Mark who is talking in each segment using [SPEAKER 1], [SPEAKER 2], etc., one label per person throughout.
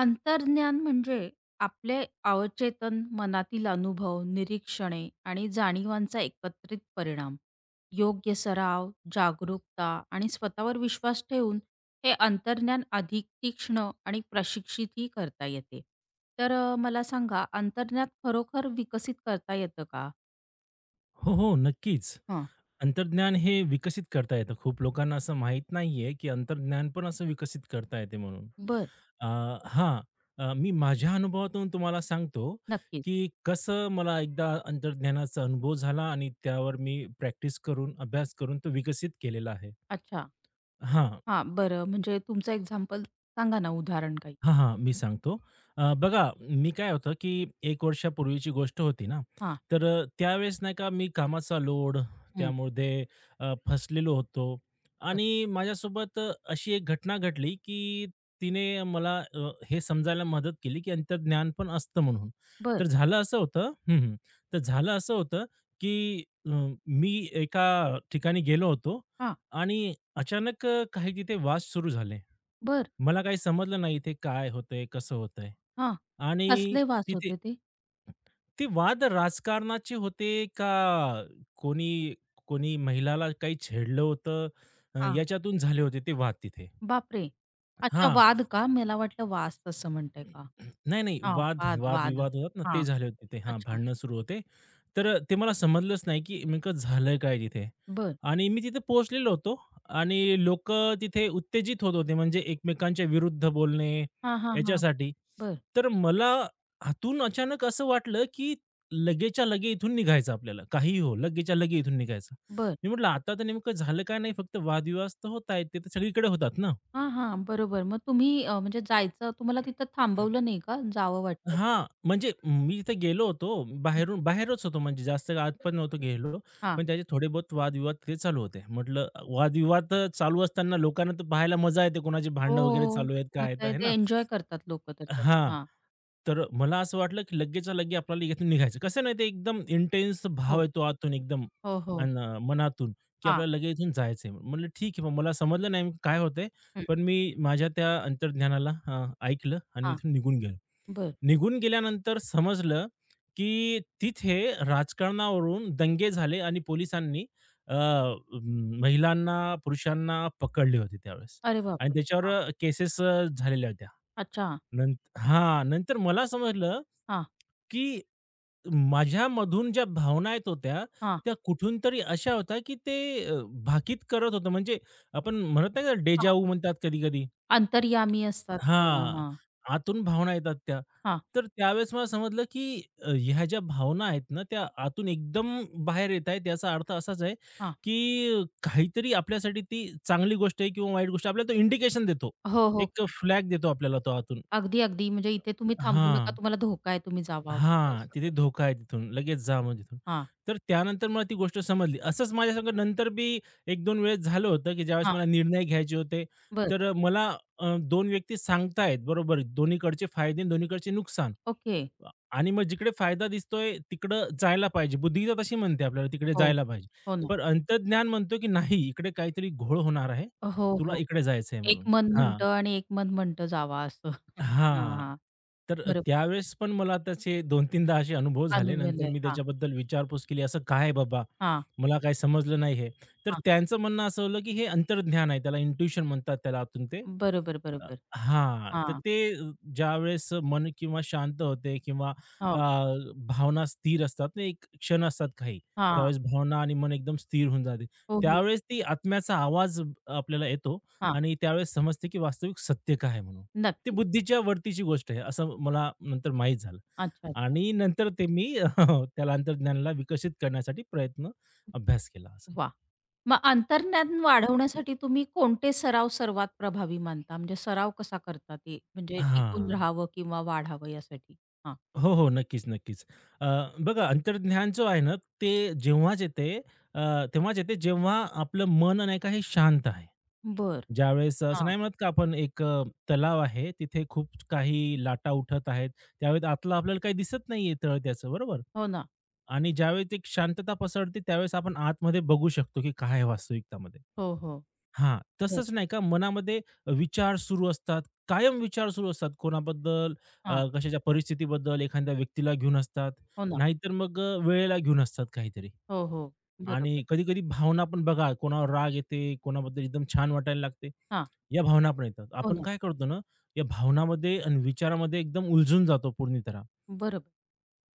[SPEAKER 1] अंतर्ज्ञान म्हणजे आपले अवचेतन मनातील अनुभव, निरीक्षणे आणि जाणीवांचा एकत्रित परिणाम. योग्य सराव, जागरूकता आणि स्वतःवर विश्वास ठेवून हे अंतर्ज्ञान अधिक तीक्ष्ण आणि प्रशिक्षितही करता येते. तर मला सांगा अंतर्ज्ञान खरोखर विकसित करता येतं का?
[SPEAKER 2] हो, हो. नक्कीच.
[SPEAKER 1] हां,
[SPEAKER 2] अंतर्ज्ञान हे विकसित करता येतं. खूप लोकांना असं माहीत नाहीये, की अंतर्ज्ञान पण असं विकसित करता येते म्हणून.
[SPEAKER 1] बरं.
[SPEAKER 2] अ, हां. मी माझ्या अनुभवातून तुम्हाला सांगतो,
[SPEAKER 1] नक्कीच.
[SPEAKER 2] की कसं मला एकदा अंतर्ज्ञानाचा अनुभव झाला आणि त्यावर मी प्रॅक्टिस करून, अभ्यास करून तो विकसित केलेला आहे.
[SPEAKER 1] अच्छा.
[SPEAKER 2] हां.
[SPEAKER 1] हां, बरं म्हणजे तुमचं एक्झाम्पल सांगा ना उदाहरण काही?
[SPEAKER 2] हां, हां. मी सांगतो. बघा मी काय होतं, की 1 वर्षापूर्वीची गोष्ट होती ना,
[SPEAKER 1] हां.
[SPEAKER 2] तर त्यावेळेस नाही का मी कामाचा लोड
[SPEAKER 1] हं.
[SPEAKER 2] त्यामध्ये फसलेलो होतो
[SPEAKER 1] बरं.
[SPEAKER 2] आणि माझ्यासोबत अशी एक घटना घडली, की तिने मला हे समजायला मदत केली, की अंतर्ज्ञान पण असतं म्हणून.
[SPEAKER 1] बरं.
[SPEAKER 2] तर झालं असं होतं हं, हं. तर झालं असं होतं, की मी एका ठिकाणी गेलो होतो
[SPEAKER 1] हां,
[SPEAKER 2] आणि अचानक काही तिथे वाद सुरू झाले.
[SPEAKER 1] बरं.
[SPEAKER 2] मला काही समजलं नाही इथे काय होतंय, कसं होतंय?
[SPEAKER 1] हां.
[SPEAKER 2] आणि
[SPEAKER 1] कसले वास
[SPEAKER 2] तिथे
[SPEAKER 1] होते ते?
[SPEAKER 2] ते वाद राजकारणाचे होते का कोणी कोणी महिलाला काही छेडलं होतं,
[SPEAKER 1] हां.
[SPEAKER 2] याच्यातून झाले होते ते वाद तिथे.
[SPEAKER 1] बापरे! अच्छा
[SPEAKER 2] हां,
[SPEAKER 1] वाद का? मला वाटलं वास तसं म्हणताय का?
[SPEAKER 2] नाही, नाही.
[SPEAKER 1] हां,
[SPEAKER 2] वाद
[SPEAKER 1] वाद, वाद.
[SPEAKER 2] वाद-विवाद होतात ना, ते
[SPEAKER 1] हां,
[SPEAKER 2] झाले होते. ते हां,
[SPEAKER 1] अच्छा.
[SPEAKER 2] भांडणं सुरू होते. तर ते मला समजलंच नाही, की नेमकं झालं काय तिथे?
[SPEAKER 1] बरं.
[SPEAKER 2] आणि मी तिथे पोहोचलेलो होतो आणि लोकं तिथे उत्तेजित होत होते, म्हणजे एकमेकांच्या विरुद्ध बोलणे
[SPEAKER 1] हां, हां, हां.
[SPEAKER 2] याच्यासाठी.
[SPEAKER 1] बरं,
[SPEAKER 2] तर मला आतून अचानक असं वाटलं, की लगेचच्या लगे इथून निघायचं आपल्याला. काहीही हो, लगेचच्या लगे इथून निघायचं.
[SPEAKER 1] बरं.
[SPEAKER 2] मी म्हटलं, "आता तर नेमकं झालं काय नाही? फक्त वादविवाद तर होत आहेत, ते तर सगळीकडे होतात ना."
[SPEAKER 1] हां, हां. बरोबर. मग तुम्ही म्हणजे जायचं तुम्हाला तिथं थांबवलं नाही का? जावं वाटलं?
[SPEAKER 2] हां, म्हणजे मी तिथे गेलो होतो. बाहेरून बाहेरच होतो म्हणजे जास्त आत पण नव्हतो गेलो.
[SPEAKER 1] हां.
[SPEAKER 2] पण त्याचे थोडे बहुत वादविवाद तिथे चालू होते. म्हटलं वादविवाद तर चालू असताना लोकांना तर पाहायला मजा येते. कोणाची भांडणं वगैरे
[SPEAKER 1] हो.
[SPEAKER 2] चालू आहेत, काय
[SPEAKER 1] मग
[SPEAKER 2] आहेत,
[SPEAKER 1] काय
[SPEAKER 2] आहे ना?
[SPEAKER 1] ते एन्जॉय करतात लोकं तर त्यात.
[SPEAKER 2] हां.
[SPEAKER 1] हां.
[SPEAKER 2] तर मला असं वाटलं, की लगेचच्या लगे आपल्याला यातून निघायचं. कसं नाही ते एकदम इंटेन्स
[SPEAKER 1] हो,
[SPEAKER 2] भाव येतो आतून एकदम
[SPEAKER 1] हो, हो.
[SPEAKER 2] अन् मनातून, की
[SPEAKER 1] हां,
[SPEAKER 2] आपल्याला लगेच इथून जायचं म्हणलं ठीक आहे. मग मला समजलं नाही काय होतंय.
[SPEAKER 1] हं,
[SPEAKER 2] पण मी माझ्या त्या अंतर्ज्ञानाला ऐकलं आणि मी
[SPEAKER 1] हां.
[SPEAKER 2] इथून निघून गेलो.
[SPEAKER 1] बरं.
[SPEAKER 2] निघून गेल्यानंतर समजलं, की तिथे राजकारणावरून दंगे झाले आणि पोलिसांनी अ, महिलांना, पुरुषांना पकडले होते त्यावेळेस
[SPEAKER 1] अरे
[SPEAKER 2] आणि
[SPEAKER 1] बापरे!
[SPEAKER 2] त्याच्यावर
[SPEAKER 1] हां.
[SPEAKER 2] केसेस झालेल्या होत्या.
[SPEAKER 1] अच्छा.
[SPEAKER 2] नंतर हां, नंतर मला समजलं,
[SPEAKER 1] हां,
[SPEAKER 2] की माझ्यामधून ज्या भावना येत होत्या,
[SPEAKER 1] हां,
[SPEAKER 2] त्या कुठून तरी अशा होत्या, की ते भाकीत करत होतं. म्हणजे आपण म्हणत नाही का
[SPEAKER 1] हां.
[SPEAKER 2] डेजा म्हणतात कधी-कधी.
[SPEAKER 1] अंतर्यामी असतात. हां,
[SPEAKER 2] हां,
[SPEAKER 1] हां,
[SPEAKER 2] आतून भावना येतात त्या.
[SPEAKER 1] हां,
[SPEAKER 2] तर त्यावेळेस मला समजलं, की ह्या ज्या भावना आहेत ना, त्या आतून एकदम बाहेर येत आहेत. याचा अर्थ असाच आहे,
[SPEAKER 1] हां.
[SPEAKER 2] की काहीतरी आपल्यासाठी ती चांगली गोष्ट आहे किंवा वाईट गोष्ट आपल्याला तो इंडिकेशन देतो.
[SPEAKER 1] हो, हो,
[SPEAKER 2] एक
[SPEAKER 1] की.
[SPEAKER 2] फ्लॅग देतो आपल्याला तो आतून.
[SPEAKER 1] अगदी, अगदी. म्हणजे इथे तुम्ही थांबू नका,
[SPEAKER 2] हां.
[SPEAKER 1] तुम्हाला धोका आहे, तुम्ही जावा वगैरे
[SPEAKER 2] हां,
[SPEAKER 1] असं
[SPEAKER 2] तिथे
[SPEAKER 1] काही.
[SPEAKER 2] धोका आहे तिथून, लगेच जा मग तिथून.
[SPEAKER 1] हां,
[SPEAKER 2] तर त्यानंतर मला ती गोष्ट समजली. असंच माझ्यासंग नंतर बी 1-2 वेळेस झालं होतं, की ज्यावेळेस
[SPEAKER 1] हां.
[SPEAKER 2] मला निर्णय घ्यायचे होते.
[SPEAKER 1] बरं.
[SPEAKER 2] तर मला 2 व्यक्ती सांगतायत बरोबर, दोन्हीकडचे फायदे आणि दोन्हीकडचे नुकसान.
[SPEAKER 1] ओके.
[SPEAKER 2] अ, आणि मग जिकडे फायदा दिसतोय तिकडं जायला पाहिजे. बुद्धी तर तशी म्हणते आपल्याला तिकडे
[SPEAKER 1] हो.
[SPEAKER 2] जायला पाहिजे.
[SPEAKER 1] हो ना.
[SPEAKER 2] पण अंतर्ज्ञान म्हणतो, की नाही इकडे काहीतरी घोळ होणार आहे.
[SPEAKER 1] हो,
[SPEAKER 2] तुला
[SPEAKER 1] हो.
[SPEAKER 2] इकडे जायचं आहे
[SPEAKER 1] एक
[SPEAKER 2] म्हणून.
[SPEAKER 1] मन
[SPEAKER 2] हां.
[SPEAKER 1] म्हणतं आणि एक मन म्हणतं जावा असं. हां,
[SPEAKER 2] हां.
[SPEAKER 1] हां.
[SPEAKER 2] तर
[SPEAKER 1] बरोबर.
[SPEAKER 2] त्यावेळेस पण मला त्याचे 2-3दा असे अनुभव झाले.
[SPEAKER 1] अनुवल
[SPEAKER 2] नंतर
[SPEAKER 1] आहे.
[SPEAKER 2] मी
[SPEAKER 1] हां,
[SPEAKER 2] त्याच्याबद्दल विचारपूस केली, "असं काय आहे बाबा?
[SPEAKER 1] हां,
[SPEAKER 2] मला काही समजलं नाही हे." तर
[SPEAKER 1] हां.
[SPEAKER 2] त्यांचं म्हणणं असं होलं, की हे अंतर्ज्ञान आहे. त्याला इंट्युशन म्हणतात त्याला आतून ते.
[SPEAKER 1] बरोबर,
[SPEAKER 2] अ,
[SPEAKER 1] बरोबर.
[SPEAKER 2] हां. तर
[SPEAKER 1] हां,
[SPEAKER 2] ते ज्यावेळेस मन किंवा शांत होते किंवा अ,
[SPEAKER 1] हो.
[SPEAKER 2] भावना स्थिर असतात ना, एक क्षण असतात काही.
[SPEAKER 1] हां.
[SPEAKER 2] त्यावेळेस भावना आणि मन एकदम स्थिर होऊन जाते.
[SPEAKER 1] हो, हो.
[SPEAKER 2] त्यावेळेस ती आत्म्याचा आवाज आपल्याला येतो
[SPEAKER 1] हां.
[SPEAKER 2] आणि त्यावेळेस समजते, की वास्तविक सत्य काय आहे म्हणून. ती
[SPEAKER 1] नक्कीच.
[SPEAKER 2] बुद्धीच्या वरतीची गोष्ट आहे, असं मला नंतर माहीत झालं
[SPEAKER 1] अच्छा, अच्छा.
[SPEAKER 2] आणि नंतर ते मी त्या तंत्रज्ञानाला विकसित करण्यासाठी प्रयत्न, अभ्यास केला असं.
[SPEAKER 1] वाह! मग अंतर्ज्ञान वाढवण्यासाठी तुम्ही कोणते सराव सर्वात प्रभावी मानता? म्हणजे सराव कसा करता ते म्हणजे टिकून
[SPEAKER 2] हां.
[SPEAKER 1] राहावं किंवा वाढावं यासाठी?
[SPEAKER 2] हो, हो. नक्कीच, नक्कीच. अ, बघा अंतर्ज्ञान जो आहे ना, ते जेव्हाच येते अ, तेव्हाच येते जेव्हा आपलं मन नाही का हे शांत आहे.
[SPEAKER 1] बरं.
[SPEAKER 2] ज्यावेळेस असं
[SPEAKER 1] हां.
[SPEAKER 2] नाही म्हणत का आपण एक तलाव आहे, तिथे खूप काही लाटा उठत आहेत. त्यावेळेस आतलं आपल्याला काही दिसत नाहीये तळत्याचं, बरोबर?
[SPEAKER 1] हो ना.
[SPEAKER 2] आणि ज्यावेळेस एक शांतता पसरते त्यावेळेस आपण आतमध्ये बघू शकतो, की काय आहे वास्तविकतामध्ये.
[SPEAKER 1] हो, हो.
[SPEAKER 2] हां,
[SPEAKER 1] बरं.
[SPEAKER 2] तसंच नाही का मनामध्ये विचार सुरू असतात, कायम विचार सुरू असतात कोणाबद्दल
[SPEAKER 1] हां.
[SPEAKER 2] कशाच्या परिस्थितीबद्दल एखाद्या व्यक्तीला घेऊन असतात,
[SPEAKER 1] हो ना.
[SPEAKER 2] नाहीतर मग वेळेला घेऊन असतात काहीतरी.
[SPEAKER 1] हो, हो.
[SPEAKER 2] आणि
[SPEAKER 1] बरोबर.
[SPEAKER 2] कधी-कधी भावना पण बघा, कोणावर राग येते, कोणाबद्दल एकदम छान वाटायला लागते,
[SPEAKER 1] हां.
[SPEAKER 2] या भावना पण येतात.
[SPEAKER 1] हो
[SPEAKER 2] आपण
[SPEAKER 1] ना.
[SPEAKER 2] काय करतो ना, या भावनामध्ये आणि विचारामध्ये एकदम उलझून जातो पूर्ण तऱ्हा.
[SPEAKER 1] बरोबर.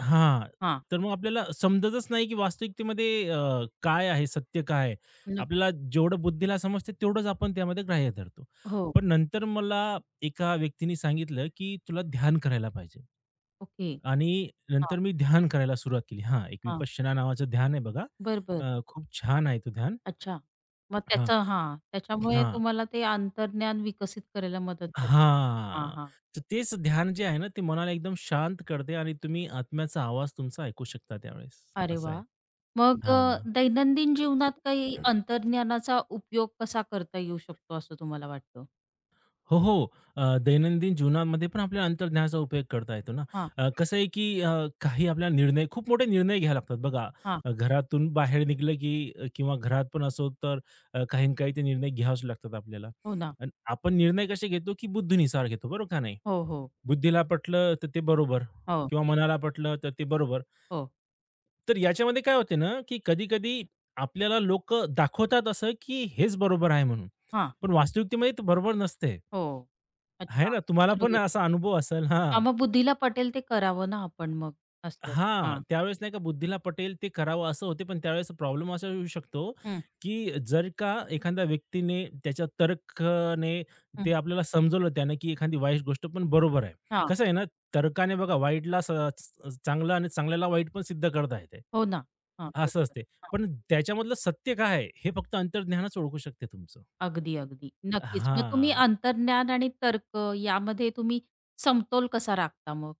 [SPEAKER 2] हां,
[SPEAKER 1] हां.
[SPEAKER 2] तर मग आपल्याला समजतच नाही, की वास्तविकतेमध्ये काय आहे, सत्य काय आहे?
[SPEAKER 1] नक्कीच.
[SPEAKER 2] आपल्याला जेवढं बुद्धीला समजते, तेवढंच आपण त्यामध्ये ग्राह्य धरतो.
[SPEAKER 1] हो.
[SPEAKER 2] पण नंतर मला एका व्यक्तीने सांगितलं, की "तुला ध्यान करायला पाहिजे."
[SPEAKER 1] ओके.
[SPEAKER 2] आणि
[SPEAKER 1] हां,
[SPEAKER 2] नंतर मी ध्यान करायला सुरुवात केली. हां, एक
[SPEAKER 1] हां.
[SPEAKER 2] विपश्यना नावाचं ध्यान आहे बघा.
[SPEAKER 1] बरं, बरं.
[SPEAKER 2] खूप छान आहे तो ध्यान.
[SPEAKER 1] अच्छा. मग
[SPEAKER 2] हां.
[SPEAKER 1] त्याचं हां. त्याच्यामुळे
[SPEAKER 2] हां.
[SPEAKER 1] तुम्हाला ते अंतर्ज्ञान विकसित करायला मदत झाली. हां,
[SPEAKER 2] हां.
[SPEAKER 1] हां.
[SPEAKER 2] तर तेच ध्यान जे आहे ना, ते मनाला एकदम शांत करते आणि तुम्ही आत्म्याचा आवाज तुमचा ऐकू शकता त्यावेळेस.
[SPEAKER 1] अरे
[SPEAKER 2] असं
[SPEAKER 1] वाह!
[SPEAKER 2] आहे.
[SPEAKER 1] मग
[SPEAKER 2] हा
[SPEAKER 1] दैनंदिन जीवनात काही अंतर्ज्ञानाचा उपयोग कसा करता येऊ शकतो असं तुम्हाला वाटतं?
[SPEAKER 2] हो, हो. दैनंदिन जीवनामध्ये पण आपल्या अंतर्ज्ञानाचा उपयोग करता येतो ना.
[SPEAKER 1] हां,
[SPEAKER 2] कसं आहे की काही आपल्याला निर्णय खूप मोठे निर्णय घ्यावे लागतात बघा.
[SPEAKER 1] हां.
[SPEAKER 2] घरातून बाहेर निघलं की किंवा घरात पण असो तर काही ना काही ते निर्णय घ्यावेच लागतात आपल्याला.
[SPEAKER 1] हो ना.
[SPEAKER 2] अन् आपण निर्णय कसे घेतो की बुद्धीनुसार घेतो, बरोबर का नाही?
[SPEAKER 1] हो, हो.
[SPEAKER 2] बुद्धीला पटलं तर ते बरोबर
[SPEAKER 1] हो,
[SPEAKER 2] किंवा मनाला पटलं तर ते बरोबर.
[SPEAKER 1] हो.
[SPEAKER 2] तर याच्यामध्ये काय होते ना, की कधी-कधी आपल्याला लोकं दाखवतात असं, की हेच बरोबर आहे म्हणून.
[SPEAKER 1] हां.
[SPEAKER 2] पण वास्तविकतेमध्ये ते बरोबर नसते.
[SPEAKER 1] हो.
[SPEAKER 2] आहे
[SPEAKER 1] अच्छा.
[SPEAKER 2] ना, तुम्हाला पण
[SPEAKER 1] बरोबर.
[SPEAKER 2] असा अनुभव असेल. हां.
[SPEAKER 1] हां, मग बुद्धीला पटेल ते करावं ना आपण मग असं.
[SPEAKER 2] हां,
[SPEAKER 1] हां.
[SPEAKER 2] त्यावेळेस नाही का बुद्धीला पटेल ते करावं असं होते, पण त्यावेळेस प्रॉब्लेम असा येऊ शकतो,
[SPEAKER 1] हं,
[SPEAKER 2] की जर का एखाद्या व्यक्तीने त्याच्या तर्कने ते
[SPEAKER 1] हं.
[SPEAKER 2] आपल्याला समजवलं त्याने, की एखादी वाईट गोष्ट पण बरोबर आहे.
[SPEAKER 1] हां.
[SPEAKER 2] कसं आहे ना, तर्काने बघा वाईटला स स- चांगलं आणि चांगल्याला वाईट पण सिद्ध करता येते.
[SPEAKER 1] हो ना. हां,
[SPEAKER 2] असं
[SPEAKER 1] बरोबर.
[SPEAKER 2] असते.
[SPEAKER 1] हां.
[SPEAKER 2] पण त्याच्यामधलं सत्य काय आहे, हे फक्त अंतर्ज्ञानच ओळखू शकते तुमचं.
[SPEAKER 1] अगदी, अगदी. नक्कीच. मग तुम्ही
[SPEAKER 2] हां.
[SPEAKER 1] अंतर्ज्ञान आणि तर्क यामध्ये तुम्ही समतोल कसा राखता मग?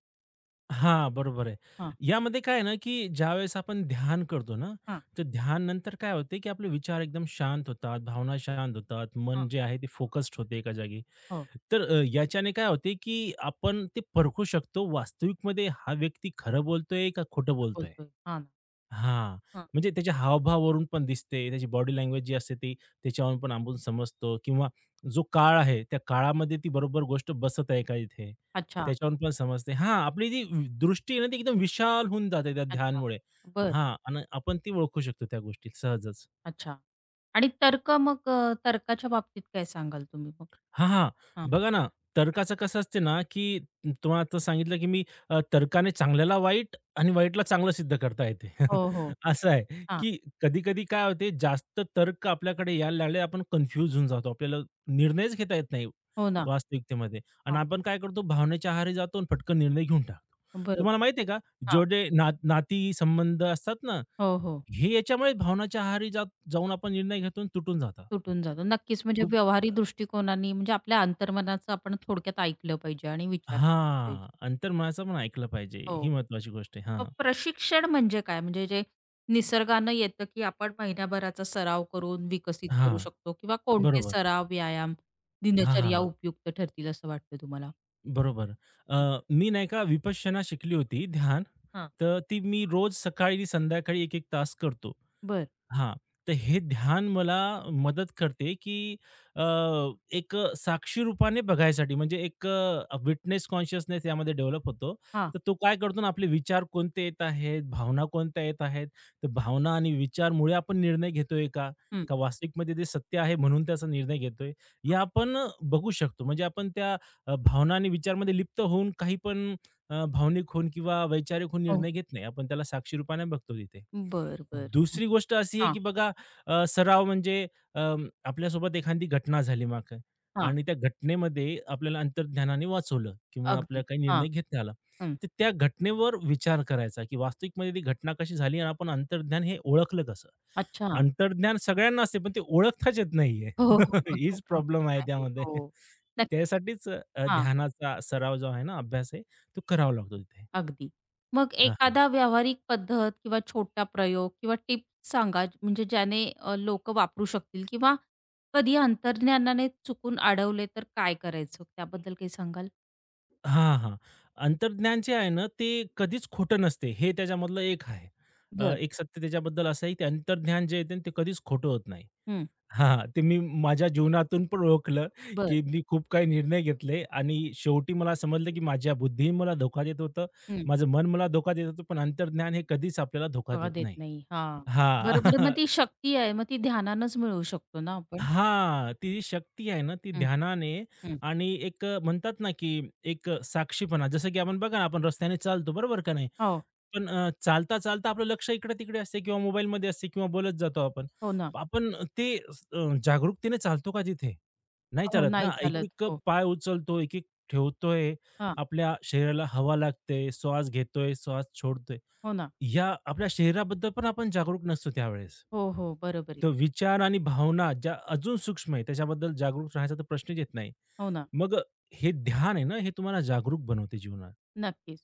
[SPEAKER 2] हां, बरोबर आहे.
[SPEAKER 1] हां,
[SPEAKER 2] यामध्ये काय आहे ना, की ज्यावेळेस आपण ध्यान करतो ना,
[SPEAKER 1] हां,
[SPEAKER 2] तर ध्यान नंतर काय होते, की आपले विचार एकदम शांत होतात, भावना शांत होतात,
[SPEAKER 1] हां.
[SPEAKER 2] मन जे आहे ते फोकस्ड होते एका जागी.
[SPEAKER 1] हो,
[SPEAKER 2] तर याच्याने काय होते, की आपण ते परखू शकतो वास्तविकमध्ये हा व्यक्ती खरं बोलतोय का खोटं
[SPEAKER 1] कुठं
[SPEAKER 2] बोलतोय?
[SPEAKER 1] बोलतोय? हां ना.
[SPEAKER 2] हां.
[SPEAKER 1] हां.
[SPEAKER 2] म्हणजे त्याच्या हावभावावरून पण दिसते. त्याची बॉडी लँग्वेज जी असते ती त्याच्यावरून पण आपण समजतो किंवा जो काळ आहे, त्या काळामध्ये ती बरोबर गोष्ट बसत आहे का इथे?
[SPEAKER 1] अच्छा,
[SPEAKER 2] त्याच्यावरून पण समजते. हां, आपली जी दृष्टी आहे ना, ती एकदम विशाल होऊन जाते त्या
[SPEAKER 1] अच्छा.
[SPEAKER 2] ध्यानमुळे.
[SPEAKER 1] बरं.
[SPEAKER 2] हां. आणि आपण ती ओळखू शकतो त्या गोष्टी सहजच.
[SPEAKER 1] अच्छा. आणि तर्क मग तर्काच्या बाबतीत काय सांगाल तुम्ही मग?
[SPEAKER 2] हां, हां.
[SPEAKER 1] हां.
[SPEAKER 2] बघा ना, तर्काचं कसं असते ना, की तुम्हाला आता सांगितलं, की मी तर्काने चांगल्याला वाईट आणि वाईटला चांगलं सिद्ध करता येते.
[SPEAKER 1] हो, हो.
[SPEAKER 2] असं आहे,
[SPEAKER 1] हां.
[SPEAKER 2] की कधी-कधी काय होते, जास्त तर्क आपल्याकडे यायला लागले, आपण कन्फ्यूज होऊन जातो. आपल्याला निर्णयच घेता येत नाही
[SPEAKER 1] हो ना.
[SPEAKER 2] वास्तविकतेमध्ये आणि
[SPEAKER 1] हां.
[SPEAKER 2] आपण काय करतो, भावनेच्या आहारी जातो आणि पटकन निर्णय घेऊन टाकतो.
[SPEAKER 1] बरोबर.
[SPEAKER 2] तुम्हाला माहिती आहे का,
[SPEAKER 1] हां.
[SPEAKER 2] जेवढे ना नाती संबंध असतात ना,
[SPEAKER 1] हो, हो.
[SPEAKER 2] हे याच्यामुळे भावनाच्या आहारी जाऊन आपण निर्णय घेतो आणि तुटून जातात.
[SPEAKER 1] तुटून जातो. नक्कीच म्हणजे
[SPEAKER 2] खूप
[SPEAKER 1] व्यावहारिक दृष्टिकोनाने म्हणजे आपल्या अंतर्मनाचं आपण थोडक्यात ऐकलं पाहिजे आणि विचार केला
[SPEAKER 2] हां,
[SPEAKER 1] पाहिजे.
[SPEAKER 2] अंतर्मनाचं पण ऐकलं पाहिजे.
[SPEAKER 1] हो.
[SPEAKER 2] ही महत्त्वाची गोष्ट आहे.
[SPEAKER 1] मग
[SPEAKER 2] हां,
[SPEAKER 1] प्रशिक्षण म्हणजे काय? म्हणजे जे निसर्गानं येतं, की आपण महिन्याभराचा सराव करून विकसित करू
[SPEAKER 2] हां,
[SPEAKER 1] शकतो किंवा कोणते
[SPEAKER 2] बरोबर.
[SPEAKER 1] सराव, व्यायाम,
[SPEAKER 2] हां, हां,
[SPEAKER 1] दिनचर्या
[SPEAKER 2] हां,
[SPEAKER 1] उपयुक्त ठरतील असं वाटतं तुम्हाला?
[SPEAKER 2] बरोबर. अ, मी नाही का विपश्यना शिकली होती ध्यान,
[SPEAKER 1] हां.
[SPEAKER 2] तर ती मी रोज सकाळी संध्याकाळी एक एक तास करतो.
[SPEAKER 1] बरं.
[SPEAKER 2] हां. तर हे ध्यान मला मदत करते, की अ, एक साक्षी रूपाने बघायसाठी म्हणजे एक विटनेस कॉन्शियसनेस यामध्ये डेव्हलप होतो.
[SPEAKER 1] हां.
[SPEAKER 2] तर तो काय करतो ना, आपले विचार कोणते येत आहेत, भावना कोणत्या येत आहेत. तर भावना आणि विचारमुळे आपण निर्णय घेतोय का?
[SPEAKER 1] हं.
[SPEAKER 2] का वास्तविकमध्ये ते सत्य आहे म्हणून त्याचा निर्णय घेतोय. हे आपण बघू शकतो. म्हणजे आपण त्या भावना आणि विचारमध्ये लिप्त होऊन काही पण भावनिक होऊन किंवा वैचारिक होऊन
[SPEAKER 1] हो.
[SPEAKER 2] निर्णय घेत नाही. आपण त्याला साक्षी रूपाने बघतो तिथे.
[SPEAKER 1] बरं, बरं. हं.
[SPEAKER 2] दुसरी गोष्ट अशी आहे,
[SPEAKER 1] हां,
[SPEAKER 2] की बघा सराव म्हणजे आपल्यासोबत एखादी घटना झाली मागं आणि त्या घटनेमध्ये आपल्याला अंतर्ज्ञानाने वाचवलं किंवा आपल्याला
[SPEAKER 1] अगदी.
[SPEAKER 2] काही
[SPEAKER 1] हां.
[SPEAKER 2] निर्णय घेता आला.
[SPEAKER 1] हं.
[SPEAKER 2] तर त्या घटनेवर विचार करायचा, की वास्तविकमध्ये ती घटना कशी झाली आणि आपण अंतर्ज्ञान हे ओळखलं कसं?
[SPEAKER 1] अच्छा.
[SPEAKER 2] अंतर्ज्ञान सगळ्यांना असते, पण ते ओळखताच येत नाहीये.
[SPEAKER 1] हो, हो, हो. तो
[SPEAKER 2] हीच प्रॉब्लेम
[SPEAKER 1] प्रॉब्लेम
[SPEAKER 2] आहे
[SPEAKER 1] आहे.
[SPEAKER 2] त्यामध्ये.
[SPEAKER 1] हो. नक्कीच.
[SPEAKER 2] त्यासाठीच
[SPEAKER 1] हां.
[SPEAKER 2] ध्यानाचा सराव जो आहे ना, अभ्यास आहे, तो करावा लागतो तिथे.
[SPEAKER 1] अगदी. मग
[SPEAKER 2] हां,
[SPEAKER 1] एखादा व्यावहारिक पद्धत किंवा छोटा प्रयोग किंवा टिप सांगा, म्हणजे ज्याने लोकं वापरू शकतील किंवा कधी अंतर्ज्ञानाने चुकून अडवले तर काय करायचं? त्याबद्दल काही सांगाल?
[SPEAKER 2] हां, हां. अंतर्ज्ञान जे आहे ना, ते कधीच खोटं नसते. हे त्याच्यामधलं एक आहे.
[SPEAKER 1] बरं,
[SPEAKER 2] एक सत्य त्याच्याबद्दल असं आहे, की अंतर्ज्ञान जे आहे ते कधीच खोटं होत नाही.
[SPEAKER 1] हं.
[SPEAKER 2] हां, ते मी माझ्या जीवनातून पण ओळखलं,
[SPEAKER 1] बरं.
[SPEAKER 2] की मी खूप काही निर्णय घेतले आणि शेवटी मला समजलं, की माझ्या बुद्धी मला धोका देत होतं.
[SPEAKER 1] हं.
[SPEAKER 2] माझं मन मला धोका देत होतं, पण अंतर्ज्ञान हे कधीच आपल्याला धोका
[SPEAKER 1] तेव्हा
[SPEAKER 2] देत
[SPEAKER 1] देत
[SPEAKER 2] नाही.
[SPEAKER 1] नाही. हां. बरोबर. बरं
[SPEAKER 2] हां.
[SPEAKER 1] मग ती शक्ती आहे, मग ती ध्यानानंच मिळवू शकतो ना
[SPEAKER 2] हां,
[SPEAKER 1] आपण?
[SPEAKER 2] ती जी शक्ती आहे ना, ती
[SPEAKER 1] हं,
[SPEAKER 2] ध्यानाने
[SPEAKER 1] हं.
[SPEAKER 2] आणि एक म्हणतात ना, की एक साक्षीपणा जसं की आपण बघा ना, आपण रस्त्याने चालतो बरोबर का
[SPEAKER 1] हो,
[SPEAKER 2] पण चालता-चालता आपलं लक्ष इकडे-तिकडे असते किंवा मोबाईलमध्ये असते किंवा बोलत जातो आपण.
[SPEAKER 1] हो ना.
[SPEAKER 2] आपण ते जागरूकतेने चालतो का तिथे? नाही
[SPEAKER 1] हो,
[SPEAKER 2] चालत
[SPEAKER 1] नाही
[SPEAKER 2] ना.
[SPEAKER 1] चालत.
[SPEAKER 2] एक-एक
[SPEAKER 1] हो.
[SPEAKER 2] पाय उचलतो, एक-एक ठेवतोय.
[SPEAKER 1] हां.
[SPEAKER 2] आपल्या शरीराला हवा लागते, श्वास घेतोय, श्वास सोडतोय.
[SPEAKER 1] हो ना.
[SPEAKER 2] या आपल्या शरीराबद्दल पण आपण जागरूक नसतो त्यावेळेस.
[SPEAKER 1] हो, हो. बरोबर आहे.
[SPEAKER 2] तर विचार आणि भावना ज्या अजून सूक्ष्म आहे त्याच्याबद्दल जागरूक राहायचा तर प्रश्नच येत नाही.
[SPEAKER 1] हो ना.
[SPEAKER 2] मग हे ध्यान आहे ना, हे तुम्हाला जागरूक बनवते जीवनात
[SPEAKER 1] नक्कीच.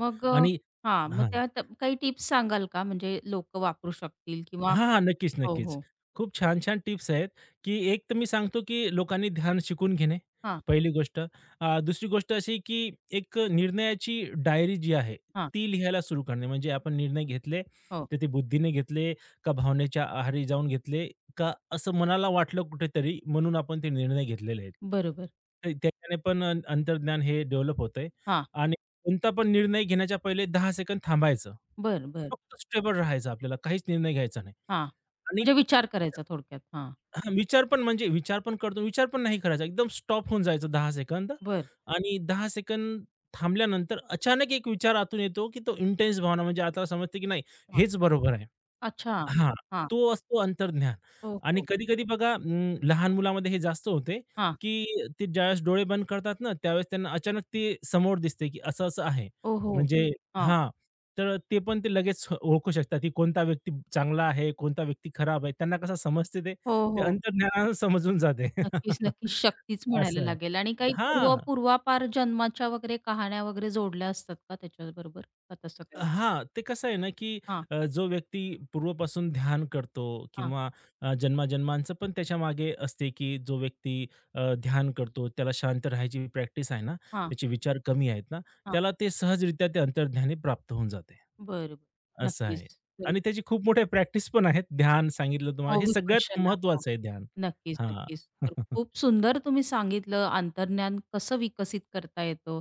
[SPEAKER 1] मग
[SPEAKER 2] आणि
[SPEAKER 1] हां, हं. मग
[SPEAKER 2] हां.
[SPEAKER 1] त्यात काही टिप्स सांगाल का? म्हणजे लोकं वापरू शकतील किंवा
[SPEAKER 2] हां, हां. नक्कीच,
[SPEAKER 1] हो,
[SPEAKER 2] नक्कीच.
[SPEAKER 1] हो.
[SPEAKER 2] खूप छान-छान टिप्स आहेत, की एक तर मी सांगतो, की लोकांनी ध्यान शिकून घेणे,
[SPEAKER 1] हां,
[SPEAKER 2] पहिली गोष्ट. दुसरी गोष्ट अशी, की एक निर्णयाची डायरी जी आहे,
[SPEAKER 1] हां.
[SPEAKER 2] ती लिहायला सुरू करणे. म्हणजे आपण निर्णय घेतले,
[SPEAKER 1] हो,
[SPEAKER 2] तर ते बुद्धीने घेतले का भावनेच्या आहारी जाऊन घेतले का असं मनाला वाटलं कुठेतरी म्हणून आपण ते निर्णय घेतलेले आहेत.
[SPEAKER 1] बरोबर.
[SPEAKER 2] तर त्याच्याने पण अंतर्ज्ञान हे डेव्हलप होतंय
[SPEAKER 1] हां,
[SPEAKER 2] आणि कोणता पण निर्णय घेण्याच्या पहिले 10 सेकंद थांबायचं.
[SPEAKER 1] बरं, बरं.
[SPEAKER 2] फक्त स्टेबल राहायचं आपल्याला, काहीच निर्णय घ्यायचा नाही.
[SPEAKER 1] हां,
[SPEAKER 2] आणि
[SPEAKER 1] म्हणजे विचार करायचा थोडक्यात. हां,
[SPEAKER 2] हां, विचार पण करतो. विचार पण नाही करायचा. एकदम स्टॉप होऊन जायचं दहा सेकंद
[SPEAKER 1] बरं.
[SPEAKER 2] आणि दहा सेकंद थांबल्यानंतर अचानक एक विचार आतून येतो, की तो इंटेन्स भावना म्हणजे आता समजते, की नाही
[SPEAKER 1] हां,
[SPEAKER 2] हेच बरोबर आहे.
[SPEAKER 1] अच्छा.
[SPEAKER 2] हां,
[SPEAKER 1] हां,
[SPEAKER 2] तो असतो अंतर्ज्ञान
[SPEAKER 1] हो,
[SPEAKER 2] आणि
[SPEAKER 1] हो.
[SPEAKER 2] कधी-कधी बघा लहान मुलामध्ये हे जास्त होते,
[SPEAKER 1] हां,
[SPEAKER 2] की ते ज्यावेळेस डोळे बंद करतात ना, त्यावेळेस त्यांना अचानक ते समोर दिसते, की असं-असं आहे.
[SPEAKER 1] हो, हो.
[SPEAKER 2] म्हणजे
[SPEAKER 1] हां,
[SPEAKER 2] हां, तर ते पण ते लगेच ओळखू शकतात, की कोणता व्यक्ती चांगला आहे, कोणता व्यक्ती खराब आहे. त्यांना कसं समजते ते
[SPEAKER 1] हो,
[SPEAKER 2] ते
[SPEAKER 1] हो.
[SPEAKER 2] अंतर्ज्ञानानं समजून जाते.
[SPEAKER 1] नक्कीच, नक्कीच. शक्तीच म्हणायला
[SPEAKER 2] असं आहे.
[SPEAKER 1] लागेल आणि काही पूर्व
[SPEAKER 2] हां.
[SPEAKER 1] पूर्वापार जन्माच्या वगैरे कहाण्या वगैरे जोडल्या असतात का त्याच्याबरोबर? का तसं काही?
[SPEAKER 2] हां. ते कसं आहे ना, की
[SPEAKER 1] हां,
[SPEAKER 2] जो व्यक्ती पूर्वपासून ध्यान करतो
[SPEAKER 1] हां,
[SPEAKER 2] किंवा जन्माजन्मांचं पण त्याच्यामागे असते, की जो व्यक्ती ध्यान करतो, त्याला शांत राहायची प्रॅक्टिस आहे ना,
[SPEAKER 1] हां,
[SPEAKER 2] त्याचे विचार कमी आहेत ना,
[SPEAKER 1] हां.
[SPEAKER 2] त्याला ते सहजरित्या ते अंतर्ध्यानी प्राप्त होऊन जाते.
[SPEAKER 1] बरं, बरं.
[SPEAKER 2] असं
[SPEAKER 1] नक्कीच.
[SPEAKER 2] आहे.
[SPEAKER 1] तर
[SPEAKER 2] आणि त्याची खूप मोठ्या प्रॅक्टिस पण आहेत. ध्यान सांगितलं तुम्हाला,
[SPEAKER 1] हो,
[SPEAKER 2] हे सगळ्यात
[SPEAKER 1] विपश्यना. हो.
[SPEAKER 2] महत्त्वाचं आहे ध्यान.
[SPEAKER 1] नक्कीच,
[SPEAKER 2] हां.
[SPEAKER 1] नक्कीच. तर खूप सुंदर तुम्ही सांगितलं अंतर्ज्ञान कसं विकसित करता येतं,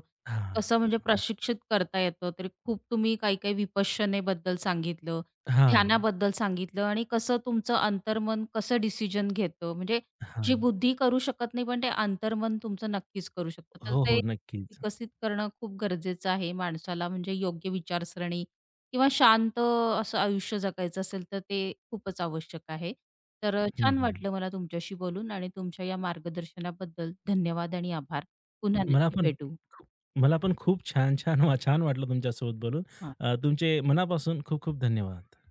[SPEAKER 1] कसं
[SPEAKER 2] हां.
[SPEAKER 1] म्हणजे प्रशिक्षित करता येतं. तर खूप तुम्ही काही-काही विपश्यनेबद्दल सांगितलं,
[SPEAKER 2] हां.
[SPEAKER 1] ध्यानाबद्दल सांगितलं आणि कसं तुमचं अंतर्मन कसं डिसिजन घेतं. म्हणजे जी
[SPEAKER 2] हां.
[SPEAKER 1] बुद्धी करू शकत नाही, पण ते अंतर्मन तुमचं नक्कीच करू शकतं. तर
[SPEAKER 2] हो,
[SPEAKER 1] ते
[SPEAKER 2] हो. नक्कीच.
[SPEAKER 1] विकसित करणं खूप गरजेचं आहे माणसाला म्हणजे योग्य विचारसरणी किंवा शांत असं आयुष्य जगायचं असेल तर ते खूपच आवश्यक आहे. तर
[SPEAKER 2] हं,
[SPEAKER 1] छान
[SPEAKER 2] हं.
[SPEAKER 1] वाटलं मला तुमच्याशी बोलून आणि तुमच्या या मार्गदर्शनाबद्दल धन्यवाद आणि आभार. पुन्हा
[SPEAKER 2] मला
[SPEAKER 1] नक्की
[SPEAKER 2] पण
[SPEAKER 1] भेटू.
[SPEAKER 2] खूप मला पण खूप छान-छान छान छान वाटलं तुमच्यासोबत बोलून.
[SPEAKER 1] हां.
[SPEAKER 2] तुमचे मनापासून खूप-खूप धन्यवाद.